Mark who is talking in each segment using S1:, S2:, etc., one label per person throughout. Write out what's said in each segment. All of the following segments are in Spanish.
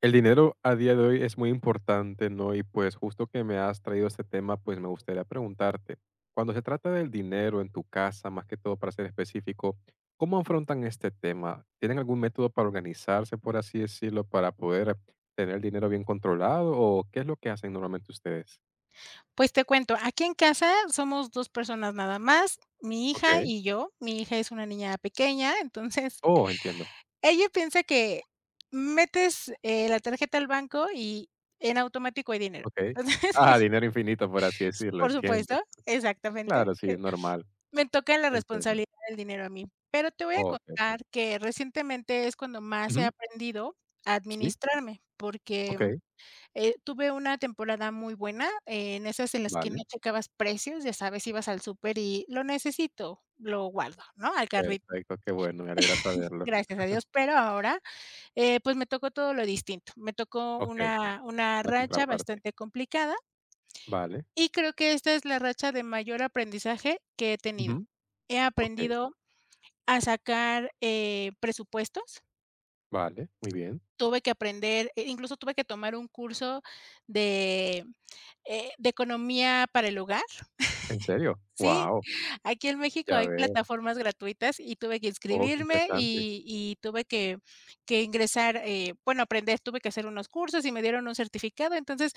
S1: El dinero a día de hoy es muy importante, ¿no? Y pues justo que me has traído este tema, pues me gustaría preguntarte, cuando se trata del dinero en tu casa, más que todo para ser específico, ¿cómo afrontan este tema? ¿Tienen algún método para organizarse, por así decirlo, para poder tener el dinero bien controlado? ¿O qué es lo que hacen normalmente ustedes?
S2: Pues te cuento, aquí en casa somos 2 personas nada más, mi
S1: Ok.
S2: hija y yo. Mi hija es una niña pequeña, entonces
S1: Oh, entiendo.
S2: ella piensa que metes, la tarjeta al banco y en automático hay dinero.
S1: Ok. Ah,
S2: Entonces,
S1: dinero infinito, por así decirlo,
S2: por
S1: entiendo.
S2: supuesto, exactamente,
S1: Claro, sí, normal.
S2: me toca la
S1: Entiendo.
S2: responsabilidad del dinero a mí. Pero te voy a
S1: Oh, ok.
S2: contar que recientemente es cuando más he
S1: Ujú.
S2: aprendido a
S1: Sí.
S2: administrarme, porque
S1: Ok.
S2: tuve una temporada muy buena, en esas en las que
S1: Vale.
S2: no checabas precios, ya sabes, ibas al súper y: "Lo necesito, lo guardo", ¿no?, al carrito,
S1: Perfecto, qué bueno, me alegra saberlo.
S2: gracias a Dios. Pero ahora, pues, me tocó todo lo distinto. Me tocó
S1: Okey,
S2: una
S1: la
S2: racha
S1: contraparte.
S2: bastante complicada,
S1: Vale.
S2: y creo que esta es la racha de mayor aprendizaje que he
S1: Ujú.
S2: tenido. He
S1: Okey,
S2: aprendido a sacar, presupuestos,
S1: vale, muy bien.
S2: tuve que aprender, incluso tuve que tomar un curso de, de economía para el hogar.
S1: ¿En serio?
S2: Sí,
S1: Guau,
S2: aquí en México
S1: ya
S2: hay
S1: veo.
S2: plataformas gratuitas y tuve que
S1: Oh, qué
S2: inscribirme
S1: interesante.
S2: y tuve que ingresar, bueno, aprender, tuve que hacer unos cursos y me dieron un certificado. Entonces,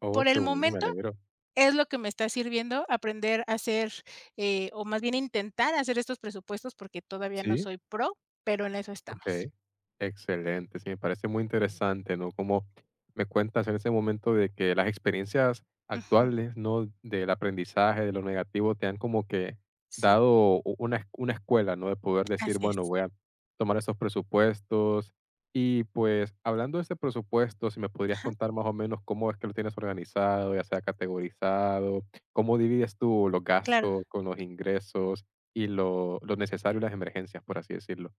S1: Oh,
S2: por
S1: qué
S2: el
S1: bueno, me
S2: momento
S1: alegro.
S2: es lo que me está sirviendo aprender a hacer, o más bien intentar hacer estos presupuestos porque todavía no
S1: Sí.
S2: soy pro, pero en eso estamos.
S1: Okey, excelente. Sí, me parece muy interesante, ¿no? Como me cuentas en ese momento de que las experiencias
S2: Ujú,
S1: actuales, ¿no? Del aprendizaje, de lo negativo, te han como que
S2: sí,
S1: dado u una es una escuela, ¿no? De poder decir,
S2: así
S1: bueno,
S2: es.
S1: voy a tomar esos presupuestos. Y, pues, hablando de ese presupuesto, si me podrías
S2: Ajá,
S1: contar más o menos cómo es que lo tienes organizado, ya sea categorizado, cómo divides tú los
S2: claro.
S1: gastos con los ingresos y lo necesario y las emergencias, por así decirlo.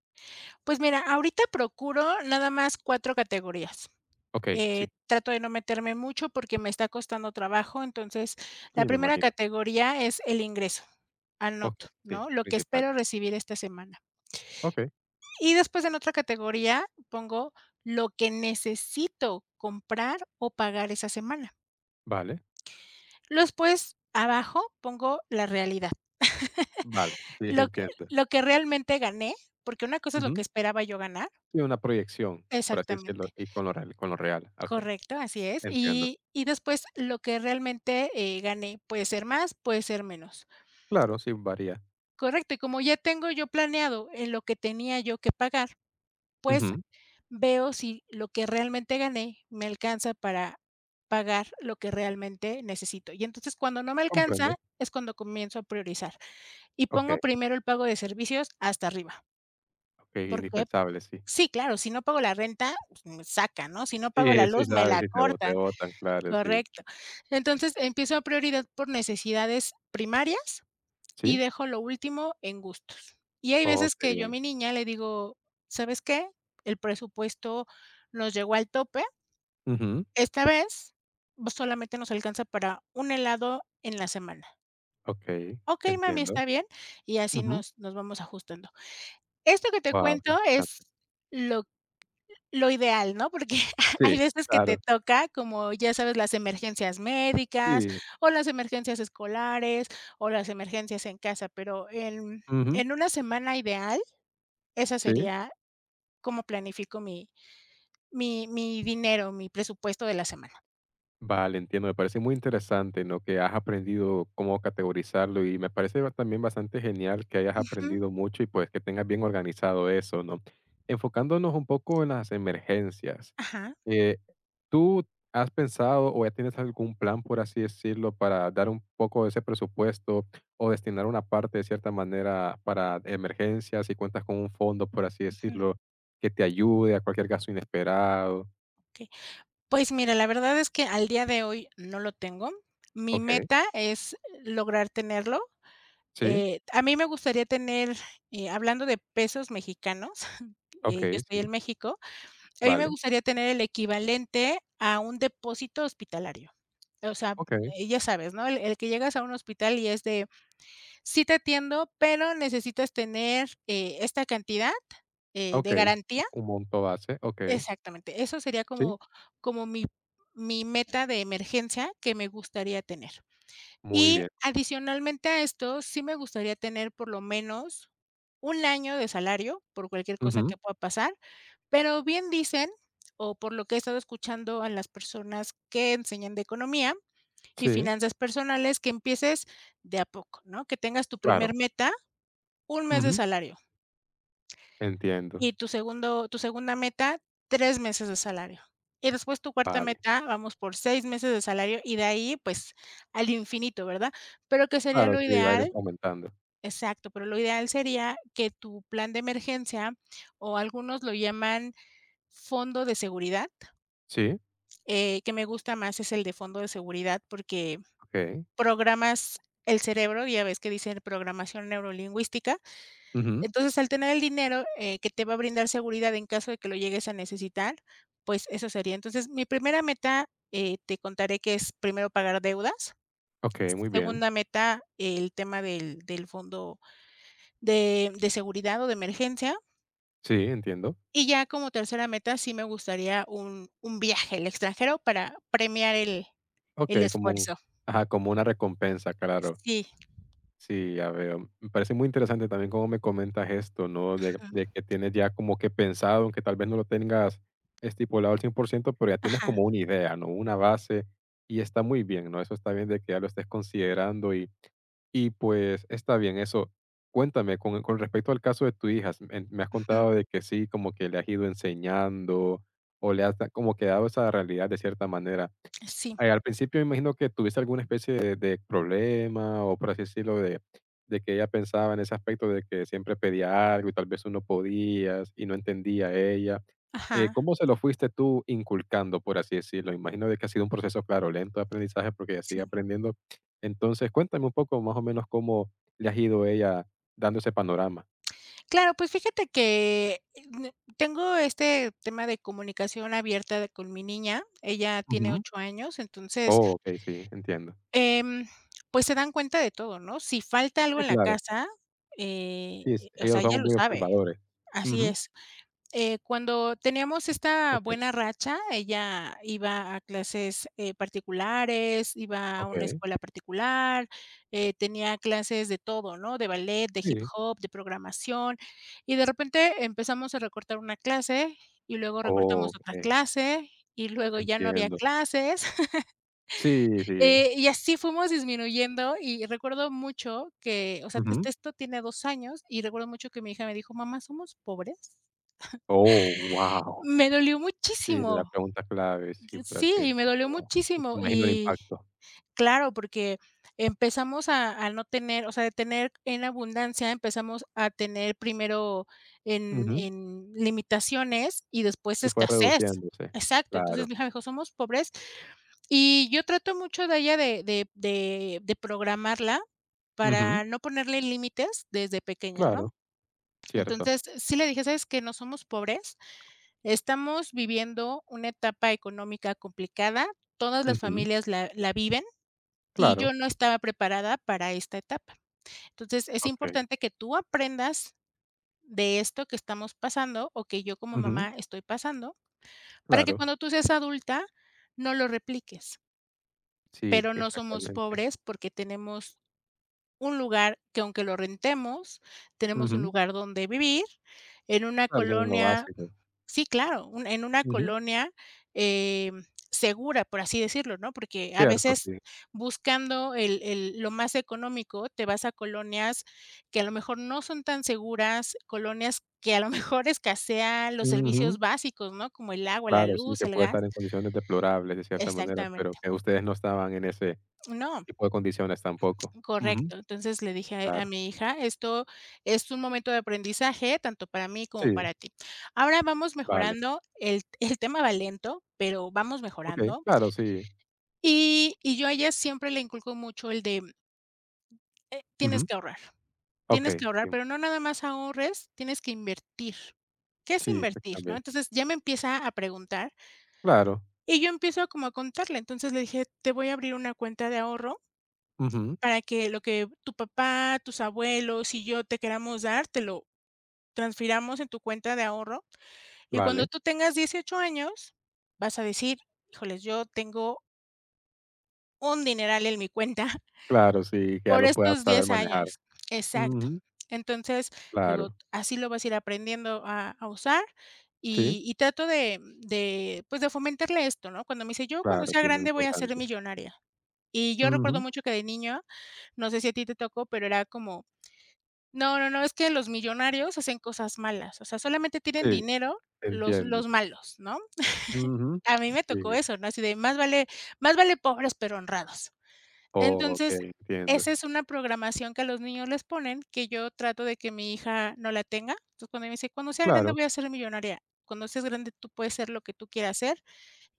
S2: Pues mira, ahorita procuro nada más 4 categorías.
S1: Okey, sí.
S2: Trato de no meterme mucho porque me está costando trabajo. Entonces, la
S1: Sí, me
S2: primera
S1: imagino.
S2: categoría es el ingreso.
S1: Okey,
S2: Anoto,
S1: sí,
S2: ¿no? Lo que
S1: principal.
S2: espero recibir esta semana.
S1: Okey,
S2: Y después en otra categoría pongo lo que necesito comprar o pagar esa semana.
S1: vale,
S2: Después, abajo pongo la realidad,
S1: vale, sí,
S2: lo que
S1: entiendo.
S2: lo que realmente gané, porque una cosa es lo
S1: Ujú.
S2: que esperaba yo ganar
S1: Sí, una proyección, por así decirlo,
S2: exactamente.
S1: y con lo real con lo real. Okey,
S2: Correcto, así es.
S1: entiendo.
S2: Y después lo que realmente, gané, puede ser más, puede ser menos.
S1: Claro, sí, varía.
S2: Correcto, y como ya tengo yo planeado en lo que tenía yo que pagar, pues
S1: Ujú,
S2: veo si lo que realmente gané me alcanza para pagar lo que realmente necesito. Y entonces, cuando no me
S1: comprendo.
S2: alcanza, es cuando comienzo a priorizar y pongo
S1: Okey,
S2: primero el pago de servicios hasta arriba.
S1: okey,
S2: Porque
S1: indispensable, sí.
S2: Sí, claro, si no pago la renta, pues me sacan, ¿no? Si no
S1: Sí,
S2: pago la
S1: sí
S2: luz, me
S1: sabes,
S2: la
S1: si te
S2: cortan.
S1: botan, claro, sí.
S2: Correcto. Entonces, empiezo a prioridad por necesidades primarias y
S1: ¿Sí?
S2: dejo lo último en gustos. Y hay
S1: Oh,
S2: veces
S1: qué
S2: que yo a
S1: bien.
S2: mi niña le digo: "¿Sabes qué? El presupuesto nos llegó al tope.
S1: Ujú,
S2: Esta vez, pues, solamente nos alcanza para un helado en la semana".
S1: okey,
S2: "Okey, mami,
S1: entiendo.
S2: está bien", y así
S1: Wow,
S2: nos vamos ajustando. Esto que te cuento es
S1: interesante.
S2: lo Lo ideal, ¿no? Porque
S1: Sí,
S2: hay veces que te
S1: claro.
S2: toca, como ya sabes, las emergencias médicas,
S1: Sí.
S2: o las emergencias escolares, o las emergencias en casa, pero en
S1: Ujú,
S2: una semana ideal, esa
S1: sí.
S2: sería como planifico mi dinero, mi presupuesto de la semana.
S1: Vale, entiendo. Me parece muy interesante, ¿no? Que has aprendido cómo categorizarlo y me parece también bastante genial que hayas
S2: Ujú.
S1: aprendido mucho y pues que tengas bien organizado eso, ¿no? Enfocándonos un poco en las emergencias,
S2: Ajá,
S1: eh, ¿tú has pensado o ya tienes algún plan, por así decirlo, para dar un poco de ese presupuesto o destinar una parte de cierta manera para emergencias y cuentas con un fondo, por así
S2: ujú,
S1: decirlo, que te ayude a cualquier gasto inesperado?
S2: okey. Pues mira, la verdad es que al día de hoy no lo tengo. Mi
S1: Ok,
S2: meta es lograr tenerlo.
S1: sí,
S2: A mí me gustaría tener, hablando de pesos mexicanos,
S1: ok,
S2: yo estoy
S1: sí,
S2: en México, a mí me
S1: vale.
S2: gustaría tener el equivalente a un depósito hospitalario. O sea,
S1: Okey,
S2: ya sabes, ¿no? El que llegas a un hospital y es de, sí te atiendo, pero necesitas tener, esta cantidad, de
S1: okey,
S2: garantía.
S1: un monto base, okey,
S2: Exactamente, eso sería
S1: sí,
S2: como como mi mi meta de emergencia que me gustaría tener.
S1: muy
S2: Y
S1: bien.
S2: adicionalmente a esto, sí me gustaría tener por lo menos un año de salario por cualquier cosa
S1: Ujú,
S2: que pueda pasar, pero bien dicen, o por lo que he estado escuchando a las personas que enseñan de economía y
S1: sí,
S2: finanzas personales, que empieces de a poco, ¿no? Que tengas tu
S1: claro,
S2: primer meta, un mes de
S1: ujú,
S2: salario,
S1: entiendo,
S2: y tu segunda meta, 3 meses de salario, y después tu cuarta
S1: vale,
S2: meta, vamos por 6 meses de salario, y de ahí, pues, al infinito, ¿verdad? Pero que sería
S1: claro,
S2: lo
S1: sí, va a ir
S2: ideal.
S1: aumentando.
S2: Exacto, pero lo ideal sería que tu plan de emergencia, o algunos lo llaman fondo de seguridad,
S1: Sí,
S2: que me gusta más es el de fondo de seguridad, porque
S1: okey,
S2: programas el cerebro, ya ves que dicen programación neurolingüística.
S1: ujú,
S2: Entonces, al tener el dinero, que te va a brindar seguridad en caso de que lo llegues a necesitar, pues eso sería. Entonces, mi primera meta, te contaré que es primero pagar deudas,
S1: okey, muy bien,
S2: segunda meta, el tema del fondo de seguridad o de emergencia.
S1: sí, entiendo,
S2: Y ya como tercera meta, sí me gustaría un viaje al extranjero para premiar el
S1: okey, como un
S2: esfuerzo.
S1: ajá, como una recompensa, claro.
S2: Sí.
S1: Sí, ya veo. Me parece muy interesante también cómo me comentas esto, ¿no?
S2: Ujú.
S1: De que tienes ya como que pensado, aunque tal vez no lo tengas estipulado al 100%, pero ya tienes
S2: Ajá.
S1: como una idea, ¿no? Una base y está muy bien, ¿no? Eso está bien de que ya lo estés considerando y pues está bien eso. Cuéntame, con respecto al caso de tu hija, me has
S2: Ujú.
S1: contado de que sí, como que le has ido enseñando o le has como que dado esa realidad de cierta manera.
S2: Sí.
S1: Al principio me imagino que tuviste alguna especie de problema, o por así decirlo, de que ella pensaba en ese aspecto de que siempre pedía algo y tal vez tú no podías y no entendía ella.
S2: Ajá.
S1: ¿Cómo se lo fuiste tú inculcando, por así decirlo? Imagino de que ha sido un proceso, claro, lento de aprendizaje porque ella sigue
S2: Sí.
S1: aprendiendo. Entonces, cuéntame un poco más o menos cómo le has ido a ella dando ese panorama.
S2: Claro, pues fíjate que, mm, tengo este tema de comunicación abierta de con mi niña. Ella tiene
S1: Ujú.
S2: 8 años, entonces,
S1: Oh, okey, sí, entiendo.
S2: em, pues se dan cuenta de todo, ¿no? Si falta algo
S1: Sí,
S2: en la
S1: claro.
S2: casa, eh,
S1: Sí,
S2: o
S1: ellos
S2: sea, ella
S1: son
S2: lo
S1: muy
S2: sabe.
S1: observadores.
S2: Así
S1: Ujú.
S2: es. Cuando teníamos esta
S1: Okey,
S2: buena racha, ella iba a clases, particulares, iba a una
S1: okey.
S2: escuela particular, tenía clases de todo, ¿no? De ballet, de hip
S1: Sí.
S2: hop, de programación, y de repente empezamos a recortar una clase, y luego recortamos otra
S1: Okey,
S2: clase, y luego ya no había
S1: entiendo.
S2: clases,
S1: Sí, sí.
S2: y así fuimos disminuyendo, y recuerdo mucho que, o sea,
S1: Ujú.
S2: esto tiene 2 años, y recuerdo mucho que mi hija me dijo: "Mamá, ¿somos pobres?".
S1: Oh, wow.
S2: Me dolió
S1: Sí, la
S2: muchísimo.
S1: pregunta clave, sí, por así
S2: Sí, y me
S1: decirlo,
S2: dolió
S1: guau. Me
S2: muchísimo.
S1: imagino el
S2: Y
S1: impacto.
S2: claro, porque empezamos a no tener, o sea, de tener en abundancia, empezamos a tener primero en
S1: Ujú.
S2: limitaciones y después
S1: Y fue
S2: escasez.
S1: reduciéndose.
S2: Exacto.
S1: Claro.
S2: Entonces, mi hija me dijo: "Somos pobres". Y yo trato mucho de ella de programarla
S1: Ujú.
S2: para no ponerle límites desde pequeña, ¿no?
S1: Claro, cierto.
S2: Entonces, sí le dije: "¿Sabes qué? No somos pobres". Estamos viviendo una etapa económica complicada, todas las
S1: Ujú.
S2: familias la viven y
S1: Claro.
S2: yo no estaba preparada para esta etapa. Entonces, es
S1: Okey.
S2: importante que tú aprendas de esto que estamos pasando o que yo como
S1: Ujú.
S2: mamá estoy pasando, para que
S1: Claro.
S2: cuando tú seas adulta no lo repliques.
S1: Sí,
S2: Pero no somos
S1: exactamente.
S2: pobres porque tenemos un lugar que aunque lo rentemos, tenemos un
S1: Ujú.
S2: lugar donde vivir en una
S1: Claro, sí, en lo
S2: colonia.
S1: básico.
S2: Sí, claro, un en una
S1: Ujú.
S2: colonia, em, segura, por así decirlo, ¿no? Porque a
S1: Cierto,
S2: veces
S1: sí.
S2: buscando el lo más económico, te vas a colonias que a lo mejor no son tan seguras, colonias que a lo mejor escasean los
S1: Ujú.
S2: servicios básicos, ¿no? Como el agua, la
S1: Claro, sí,
S2: luz,
S1: que
S2: el
S1: puede
S2: gas.
S1: estar en condiciones deplorables de cierta manera, pero
S2: Exactamente.
S1: que ustedes no estaban en ese
S2: No.
S1: tipo de condiciones tampoco. Ujú.
S2: Correcto. Entonces le dije a
S1: Claro,
S2: mi hija, esto es un momento de aprendizaje tanto para mí como
S1: sí,
S2: para ti. Ahora vamos
S1: vale.
S2: mejorando, el el tema va lento, pero vamos
S1: Okey,
S2: mejorando.
S1: claro, sí.
S2: Y yo a ella siempre le inculco mucho el de, eh, tienes
S1: Ujú.
S2: que ahorrar, tienes que
S1: Okey,
S2: ahorrar,
S1: sí,
S2: pero no nada más ahorres, tienes que invertir. ¿Qué es
S1: sí, pues,
S2: invertir?, ¿no?
S1: también.
S2: Entonces ya me empieza a preguntar
S1: Claro.
S2: y yo empiezo como a contarle. Entonces le dije, te voy a abrir una cuenta de ahorro.
S1: Ujú,
S2: Para que lo que tu papá, tus abuelos y yo te queramos dar, te lo transfiramos en tu cuenta de ahorro, y cuando
S1: vale.
S2: tú tengas 18 años, vas a decir: "Híjoles, yo tengo un dineral en mi cuenta
S1: Claro, sí, que ya
S2: por
S1: lo puedas
S2: estos
S1: saber
S2: 10
S1: manejar.
S2: años". Exacto.
S1: Ujú,
S2: Entonces, digo,
S1: claro.
S2: así lo vas a ir aprendiendo a usar,
S1: Sí,
S2: y trato de fomentarle esto, ¿no? Cuando me dice: "Yo cuando
S1: claro,
S2: sea
S1: sí, muy
S2: grande voy a ser
S1: importante.
S2: millonaria". Y yo
S1: Ujú,
S2: recuerdo mucho que de niño, no sé si a ti te tocó, pero era como: no, no, no, es que los millonarios hacen cosas malas, o sea, solamente tienen
S1: sí,
S2: dinero los
S1: entiendo.
S2: los malos, ¿no?
S1: Ujú,
S2: A mí me tocó
S1: sí,
S2: eso, ¿no? Así de más vale pobres pero honrados. Entonces,
S1: okey, entiendo.
S2: esa es una programación que a los niños les ponen, que yo trato de que mi hija no la tenga. Entonces, cuando me dice: "Cuando sea grande
S1: Claro.
S2: voy a ser millonaria". Cuando seas grande tú puedes ser lo que tú quieras ser,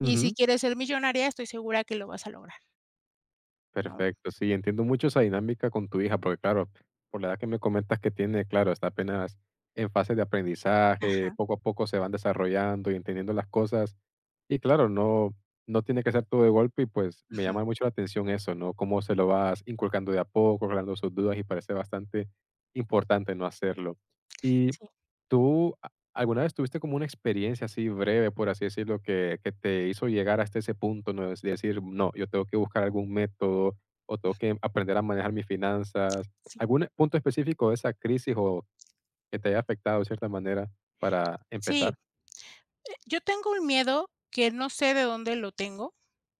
S2: y si quieres ser millonaria, estoy segura que lo vas a lograr, ¿no?
S1: Perfecto, sí, entiendo mucho esa dinámica con tu hija, porque claro, por la edad que me comentas que tiene, claro, está apenas en fase de aprendizaje,
S2: Ajá,
S1: poco a poco se van desarrollando y entendiendo las cosas. Y claro, no, no tiene que ser todo de golpe y pues me
S2: ujú,
S1: llama mucho la atención eso, ¿no? Cómo se lo vas inculcando de a poco, aclarando sus dudas y parece bastante importante no hacerlo. Y
S2: sí,
S1: ¿Tú a- alguna vez tuviste como una experiencia así breve, por así decirlo, que te hizo llegar hasta ese punto, ¿no? Es decir, no, yo tengo que buscar algún método o tengo que aprender a manejar mis finanzas.
S2: sí,
S1: ¿Algún punto específico de esa crisis o que te haya afectado de cierta manera para
S2: sí.
S1: empezar?
S2: Yo tengo un miedo que no sé de dónde lo tengo,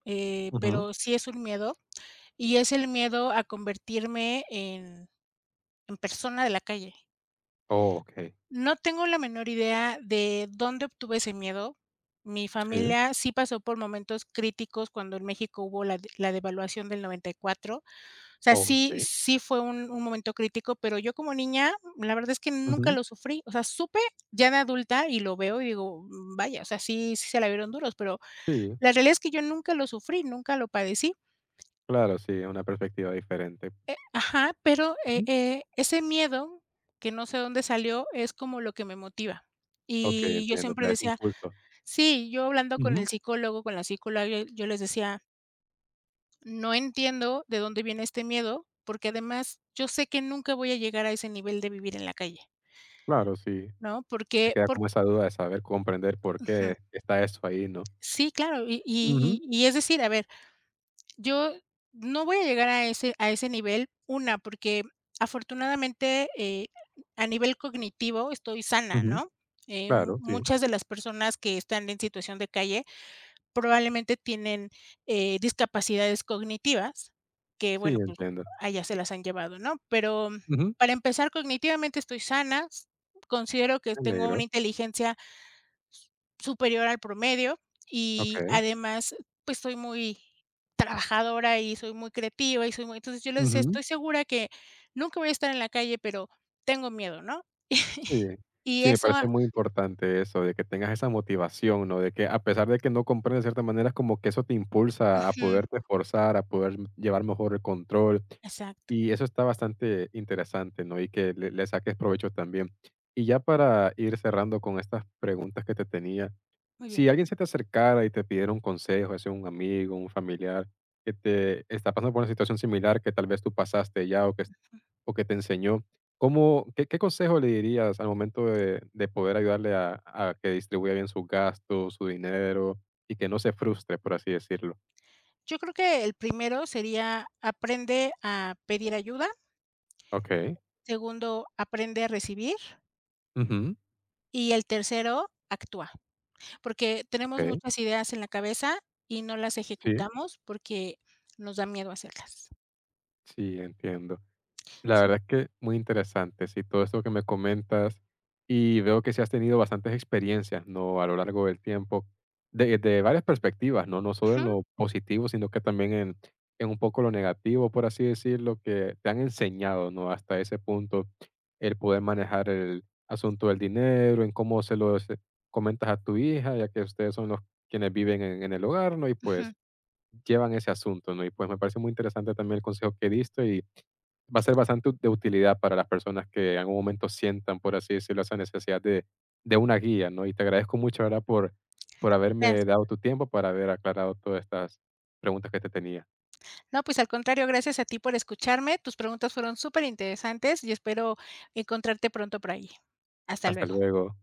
S1: Ujú.
S2: pero sí es un miedo, y es el miedo a convertirme en persona de la calle.
S1: Oh, ok.
S2: No tengo la menor idea de dónde obtuve ese miedo. Mi
S1: Sí.
S2: familia sí pasó por momentos críticos cuando en México hubo la devaluación del noventa y cuatro. O sea, sí,
S1: Ok.
S2: sí fue un momento crítico, pero yo como niña, la verdad es que nunca
S1: Ujú.
S2: lo sufrí. O sea, supe ya de adulta y lo veo y digo: "Mm, vaya", o sea, sí, sí se la vieron duros, pero
S1: Sí.
S2: la realidad es que yo nunca lo sufrí, nunca lo padecí.
S1: Claro, sí, una perspectiva diferente.
S2: Ajá, pero,
S1: Ujú.
S2: ese miedo, que no sé dónde salió, es como lo que me motiva.
S1: Ok,
S2: Y yo
S1: entiendo, te
S2: siempre
S1: da ese
S2: decía
S1: impulso.
S2: sí, yo hablando con
S1: Ujú.
S2: el psicólogo, con la psicóloga, yo les decía: "No entiendo de dónde viene este miedo, porque además yo sé que nunca voy a llegar a ese nivel de vivir en la calle",
S1: Claro, sí.
S2: ¿no?
S1: Te
S2: Porque
S1: queda
S2: por
S1: como esa duda de saber comprender por
S2: ujú.
S1: qué está eso ahí, ¿no?
S2: Sí, claro, y
S1: Ujú,
S2: y y y es decir, a ver, yo no voy a llegar a ese nivel, una, porque afortunadamente, a nivel cognitivo estoy sana,
S1: ujú,
S2: ¿no?
S1: claro, sí,
S2: Muchas de las personas que están en situación de calle probablemente tienen, discapacidades cognitivas que,
S1: sí,
S2: bueno, pues
S1: entiendo.
S2: allá se las han llevado, ¿no? Pero
S1: Ujú,
S2: para empezar, cognitivamente estoy sana, considero que
S1: el
S2: tengo
S1: negro,
S2: una inteligencia superior al promedio y
S1: okey,
S2: además, pues, soy muy trabajadora y soy muy creativa y soy muy, entonces, yo les decía:
S1: ujú,
S2: "Estoy segura que nunca voy a estar en la calle, pero tengo miedo", ¿no?
S1: sí,
S2: Y
S1: sí, me
S2: eso a
S1: parece muy importante eso, de que tengas esa motivación, ¿no? De que a pesar de que no comprendes de cierta manera, es como que eso te impulsa a
S2: ujú,
S1: poderte esforzar, a poder llevar mejor el control,
S2: exacto,
S1: y eso está bastante interesante, ¿no? Y que le saques provecho también. Y ya para ir cerrando con estas preguntas que te tenía,
S2: muy
S1: si
S2: bien.
S1: alguien se te acercara y te pidiera un consejo, ya un amigo, un familiar, que te está pasando por una situación similar que tal vez tú pasaste ya o que te enseñó, ¿cómo, qué, qué consejo le dirías al momento de poder ayudarle a que distribuya bien sus gastos, su dinero y que no se frustre, por así decirlo?
S2: Yo creo que el primero sería aprende a pedir ayuda,
S1: Ok.
S2: segundo, aprende a recibir
S1: Ujú.
S2: y el tercero, actúa, porque tenemos
S1: Ok,
S2: muchas ideas en la cabeza y no las
S1: sí,
S2: ejecutamos porque nos da miedo hacerlas.
S1: sí, entiendo. La
S2: Sí,
S1: verdad es que muy interesante, sí, todo esto que me comentas y veo que sí has tenido bastantes experiencias, ¿no? A lo largo del tiempo, de varias perspectivas, ¿no? No solo en lo positivo, sino que también en un poco lo negativo, por así decirlo, que te han enseñado, ¿no? Hasta ese punto, el poder manejar el asunto del dinero, en cómo se lo comentas a tu hija, ya que ustedes son los quienes viven en el hogar, ¿no? Y
S2: ujú,
S1: pues llevan ese asunto, ¿no? Y pues me parece muy interesante también el consejo que diste y va a ser bastante de utilidad para las personas que en algún momento sientan, por así decirlo, esa necesidad de una guía, ¿no? Y te agradezco mucho, ¿verdad? Por haberme
S2: gracias.
S1: dado tu tiempo para haber aclarado todas estas preguntas que te tenía.
S2: No, pues al contrario, gracias a ti por escucharme. Tus preguntas fueron súper interesantes y espero encontrarte pronto por ahí. Hasta
S1: Hasta
S2: luego.
S1: luego.